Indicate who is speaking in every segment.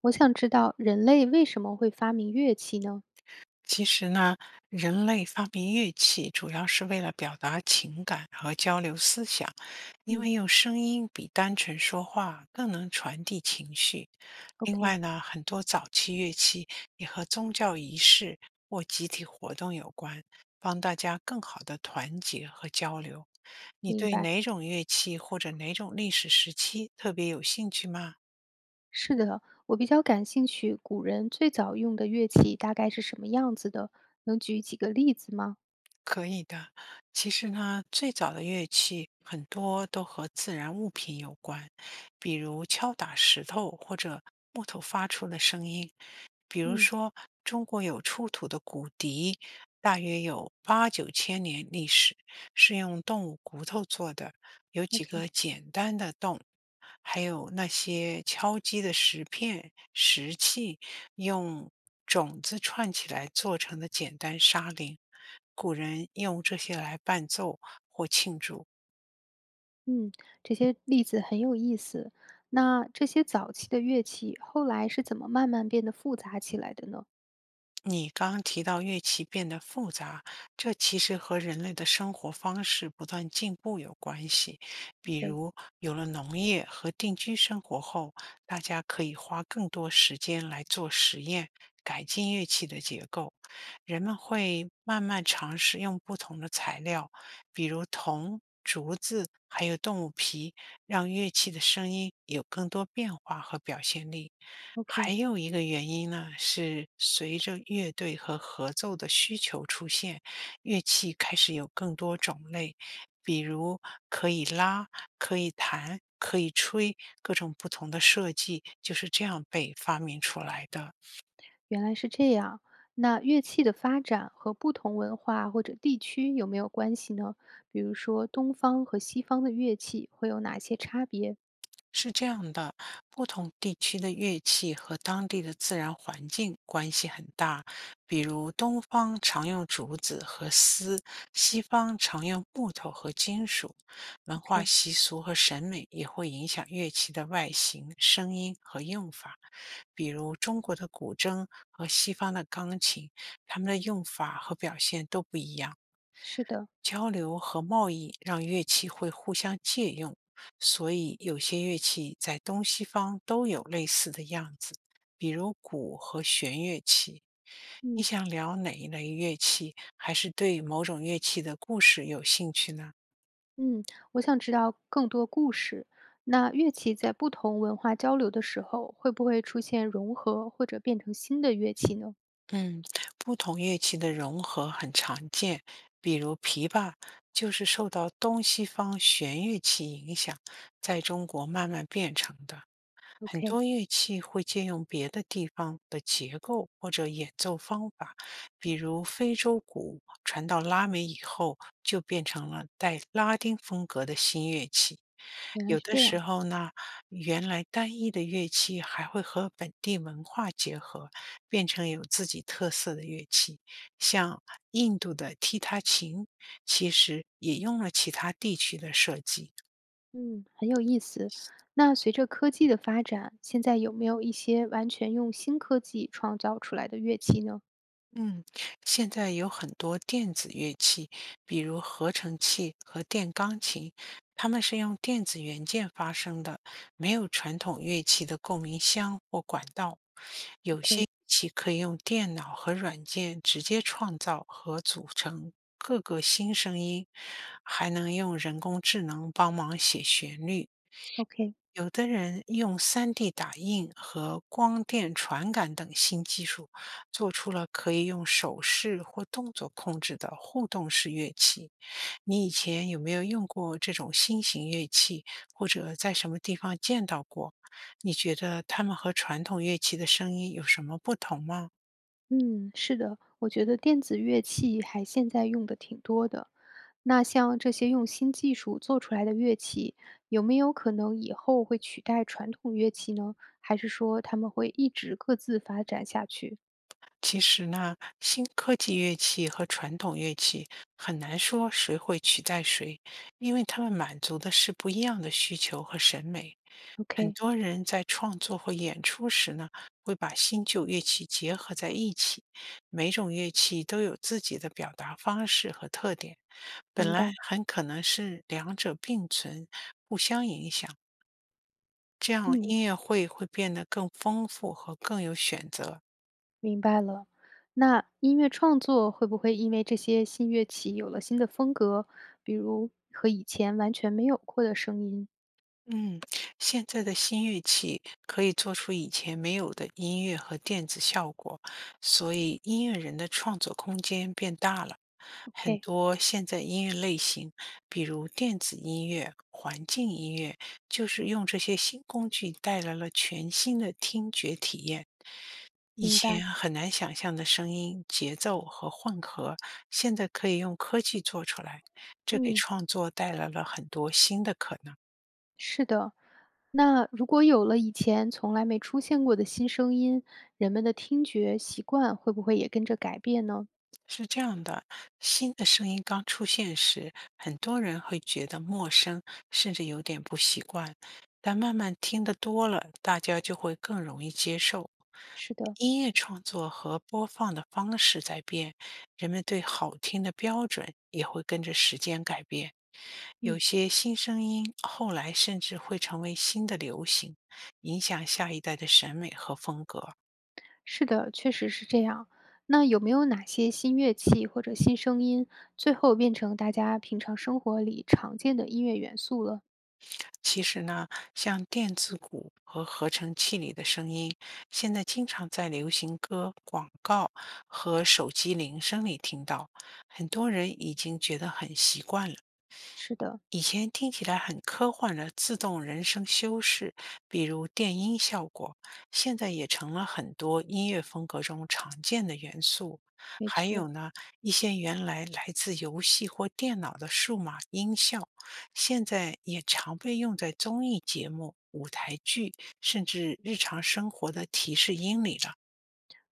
Speaker 1: 我想知道人类为什么会发明乐器呢？
Speaker 2: 其实呢，人类发明乐器主要是为了表达情感和交流思想，因
Speaker 1: 嗯
Speaker 2: 为用声音比单纯说话更能传递情绪。另
Speaker 1: ，OK，
Speaker 2: 外呢，很多早期乐器也和宗教仪式或集体活动有关，帮大家更好的团结和交流。你
Speaker 1: 明
Speaker 2: 对
Speaker 1: 白，
Speaker 2: 哪种乐器或者哪种历史时期特别有兴趣吗？
Speaker 1: 是的，我比较感兴趣，古人最早用的乐器大概是什么样子的？能举几个例子吗？
Speaker 2: 可以的。其实呢，最早的乐器很多都和自然物品有关，比如敲打石头或者木头发出的声音。比如
Speaker 1: 嗯
Speaker 2: 说，中国有出土的骨笛，大约有八九千年历史，是用动物骨头做的，有几
Speaker 1: ，OK，
Speaker 2: 个简单的洞，还有那些敲击的石片、石器，用种子串起来做成的简单沙铃。古人用这些来伴奏或庆祝。
Speaker 1: 嗯，这些例子很有意思。那这些早期的乐器后来是怎么慢慢变得复杂起来的呢？
Speaker 2: 你刚提到乐器变得复杂，这其实和人类的生活方式不断进步有关系。比
Speaker 1: OK，OK。
Speaker 2: 如，有了农业和定居生活后，大家可以花更多时间来做实验，改进乐器的结构。人们会慢慢尝试用不同的材料，比如铜、竹子，还有动物皮，让乐器的声音有更多变化和表现力。还有一个原因呢，是随着乐队和合奏的需求出现，乐器开始有更多种类，比如可以拉、可以弹、可以吹，各种不同的设计就是这样被发明出来的。
Speaker 1: 原来是这样。那乐器的发展和不同文化或者地区有没有关系呢？比如说东方和西方的乐器会有哪些差别
Speaker 2: 是这样的，不同地区的乐器和当地的自然环境关系很大。比如，东方常用竹子和丝，西方常用木头和金属。文化
Speaker 1: ？OK，
Speaker 2: 习俗和审美也会影响乐器的外形、声音和用法。比如，中国的古筝和西方的钢琴，它们的用法和表现都不一样。
Speaker 1: 是的，
Speaker 2: 交流和贸易让乐器会互相借用，所以有些乐器在东西方都有类似的样子，比如鼓和弦乐器。你
Speaker 1: 嗯
Speaker 2: 想聊哪一类乐器，还是对某种乐器的故事有兴趣呢？
Speaker 1: 嗯，我想知道更多故事。那乐器在不同文化交流的时候，会不会出现融合或者变成新的乐器呢
Speaker 2: 嗯，不同乐器的融合很常见，比如琵琶就是受到东西方弦乐器影响，在中国慢慢变成的。很
Speaker 1: ？OK，
Speaker 2: 多乐器会借用别的地方的结构或者演奏方法，比如非洲鼓传到拉美以后，就变成了带拉丁风格的新乐器。
Speaker 1: 原来
Speaker 2: 有
Speaker 1: 是
Speaker 2: 的
Speaker 1: 这
Speaker 2: 时
Speaker 1: 样，
Speaker 2: 候呢，原来单一的乐器还会和本地文化结合，变成有自己特色的乐器。像印度的踢踏琴，其实也用了其他地区的设计。
Speaker 1: 嗯，很有意思。那随着科技的发展，现在有没有一些完全用新科技创造出来的乐器呢？
Speaker 2: 嗯，现在有很多电子乐器，比如合成器和电钢琴，它们是用电子元件发声的，没有传统乐器的共鸣箱或管道。有些乐器可以用电脑和软件直接创造和组成各个新声音，还能用人工智能帮忙写旋律。
Speaker 1: OK，OK，
Speaker 2: 有的人用 3D 打印和光电传感等新技术，做出了可以用手势或动作控制的互动式乐器。你以前有没有用过这种新型乐器，或者在什么地方见到过？你觉得它们和传统乐器的声音有什么不同吗？
Speaker 1: 嗯，是的，我觉得电子乐器还现在用的挺多的。那像这些用新技术做出来的乐器，有没有可能以后会取代传统乐器呢？还是说他们会一直各自发展下去
Speaker 2: 其实呢，新科技乐器和传统乐器很难说谁会取代谁，因为它们满足的是不一样的需求和审美。很
Speaker 1: ？OK，
Speaker 2: 多人在创作或演出时呢，会把新旧乐器结合在一起，每种乐器都有自己的表达方式和特点，本
Speaker 1: 明
Speaker 2: 来
Speaker 1: 白，
Speaker 2: 很可能是两者并存，互相影响，这样
Speaker 1: 嗯，
Speaker 2: 音乐会会变得更丰富和更有选择。
Speaker 1: 明白了。那音乐创作会不会因为这些新乐器有了新的风格，比如和以前完全没有过的声音
Speaker 2: 嗯，现在的新乐器可以做出以前没有的音乐和电子效果，所以音乐人的创作空间变大了。很
Speaker 1: ？OK，
Speaker 2: 多现在音乐类型，比如电子音乐、环境音乐，就是用这些新工具带来了全新的听觉体验。以
Speaker 1: 明白，
Speaker 2: 前很难想象的声音、节奏和混合，现在可以用科技做出来，这给
Speaker 1: 嗯，
Speaker 2: 创作带来了很多新的可能。
Speaker 1: 是的。那如果有了以前从来没出现过的新声音，人们的听觉习惯会不会也跟着改变呢？
Speaker 2: 是这样的，新的声音刚出现时，很多人会觉得陌生，甚至有点不习惯。但慢慢听得多了，大家就会更容易接受。
Speaker 1: 是的，
Speaker 2: 音乐创作和播放的方式在变，人们对好听的标准也会跟着时间改变。有
Speaker 1: 嗯，
Speaker 2: 些新声音后来甚至会成为新的流行，影响下一代的审美和风格。
Speaker 1: 是的，确实是这样。那有没有哪些新乐器或者新声音，最后变成大家平常生活里常见的音乐元素了？
Speaker 2: 其实呢，像电子鼓和合成器里的声音，现在经常在流行歌、广告和手机铃声里听到，很多人已经觉得很习惯了。
Speaker 1: 是的，
Speaker 2: 以前听起来很科幻的自动人声修饰，比如电音效果，现在也成了很多音乐风格中常见的元素。
Speaker 1: 没
Speaker 2: 还
Speaker 1: 错，
Speaker 2: 有呢，一些原来来自游戏或电脑的数码音效，现在也常被用在综艺节目、舞台剧，甚至日常生活的提示音里了。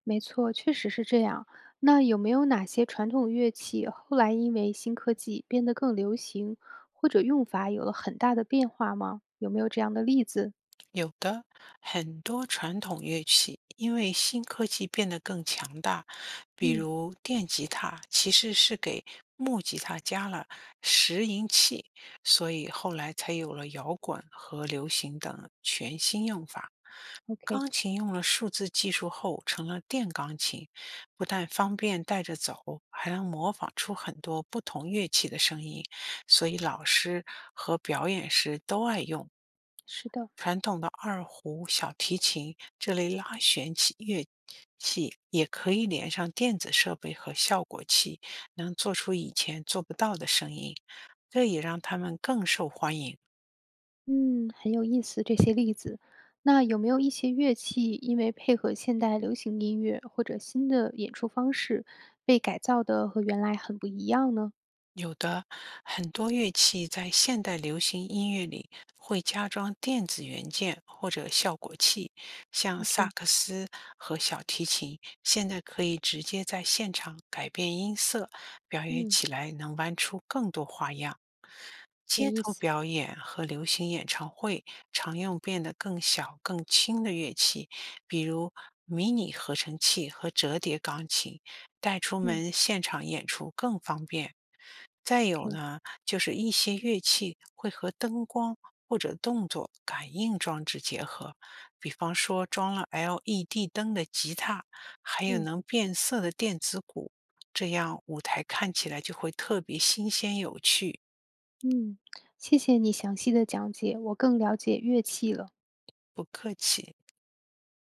Speaker 1: 没错，确实是这样。那有没有哪些传统乐器后来因为新科技变得更流行，或者用法有了很大的变化吗？有没有这样的例子？
Speaker 2: 有的，很多传统乐器因为新科技变得更强大，比
Speaker 1: 嗯。
Speaker 2: 如电吉他其实是给木吉他加了拾音器，所以后来才有了摇滚和流行等全新用法。
Speaker 1: OK，
Speaker 2: 钢琴用了数字技术后成了电钢琴，不但方便带着走，还能模仿出很多不同乐器的声音，所以老师和表演时都爱用。
Speaker 1: 是的，
Speaker 2: 传统的二胡、小提琴这类拉弦器乐器也可以连上电子设备和效果器，能做出以前做不到的声音，这也让他们更受欢迎。
Speaker 1: 嗯，很有意思这些例子。那有没有一些乐器因为配合现代流行音乐或者新的演出方式，被改造的和原来很不一样呢
Speaker 2: 有的，很多乐器在现代流行音乐里会加装电子元件或者效果器，像萨
Speaker 1: ？OK，
Speaker 2: 克斯和小提琴，现在可以直接在现场改变音色，表演
Speaker 1: 嗯，
Speaker 2: 起来能玩出更多花样。
Speaker 1: 有
Speaker 2: 街
Speaker 1: 意
Speaker 2: 头
Speaker 1: 思，
Speaker 2: 表演和流行演唱会常用变得更小、更轻的乐器，比如迷你合成器和折叠钢琴，带出
Speaker 1: 嗯
Speaker 2: 门现场演出更方便。再有
Speaker 1: ，OK，
Speaker 2: 呢，就是一些乐器会和灯光或者动作感应装置结合，比方说装了 LED 灯的吉他，还有
Speaker 1: 嗯
Speaker 2: 能变色的电子鼓，这样舞台看起来就会特别新鲜有趣。
Speaker 1: 嗯，谢谢你详细的讲解，我更了解乐器了。
Speaker 2: 不客气。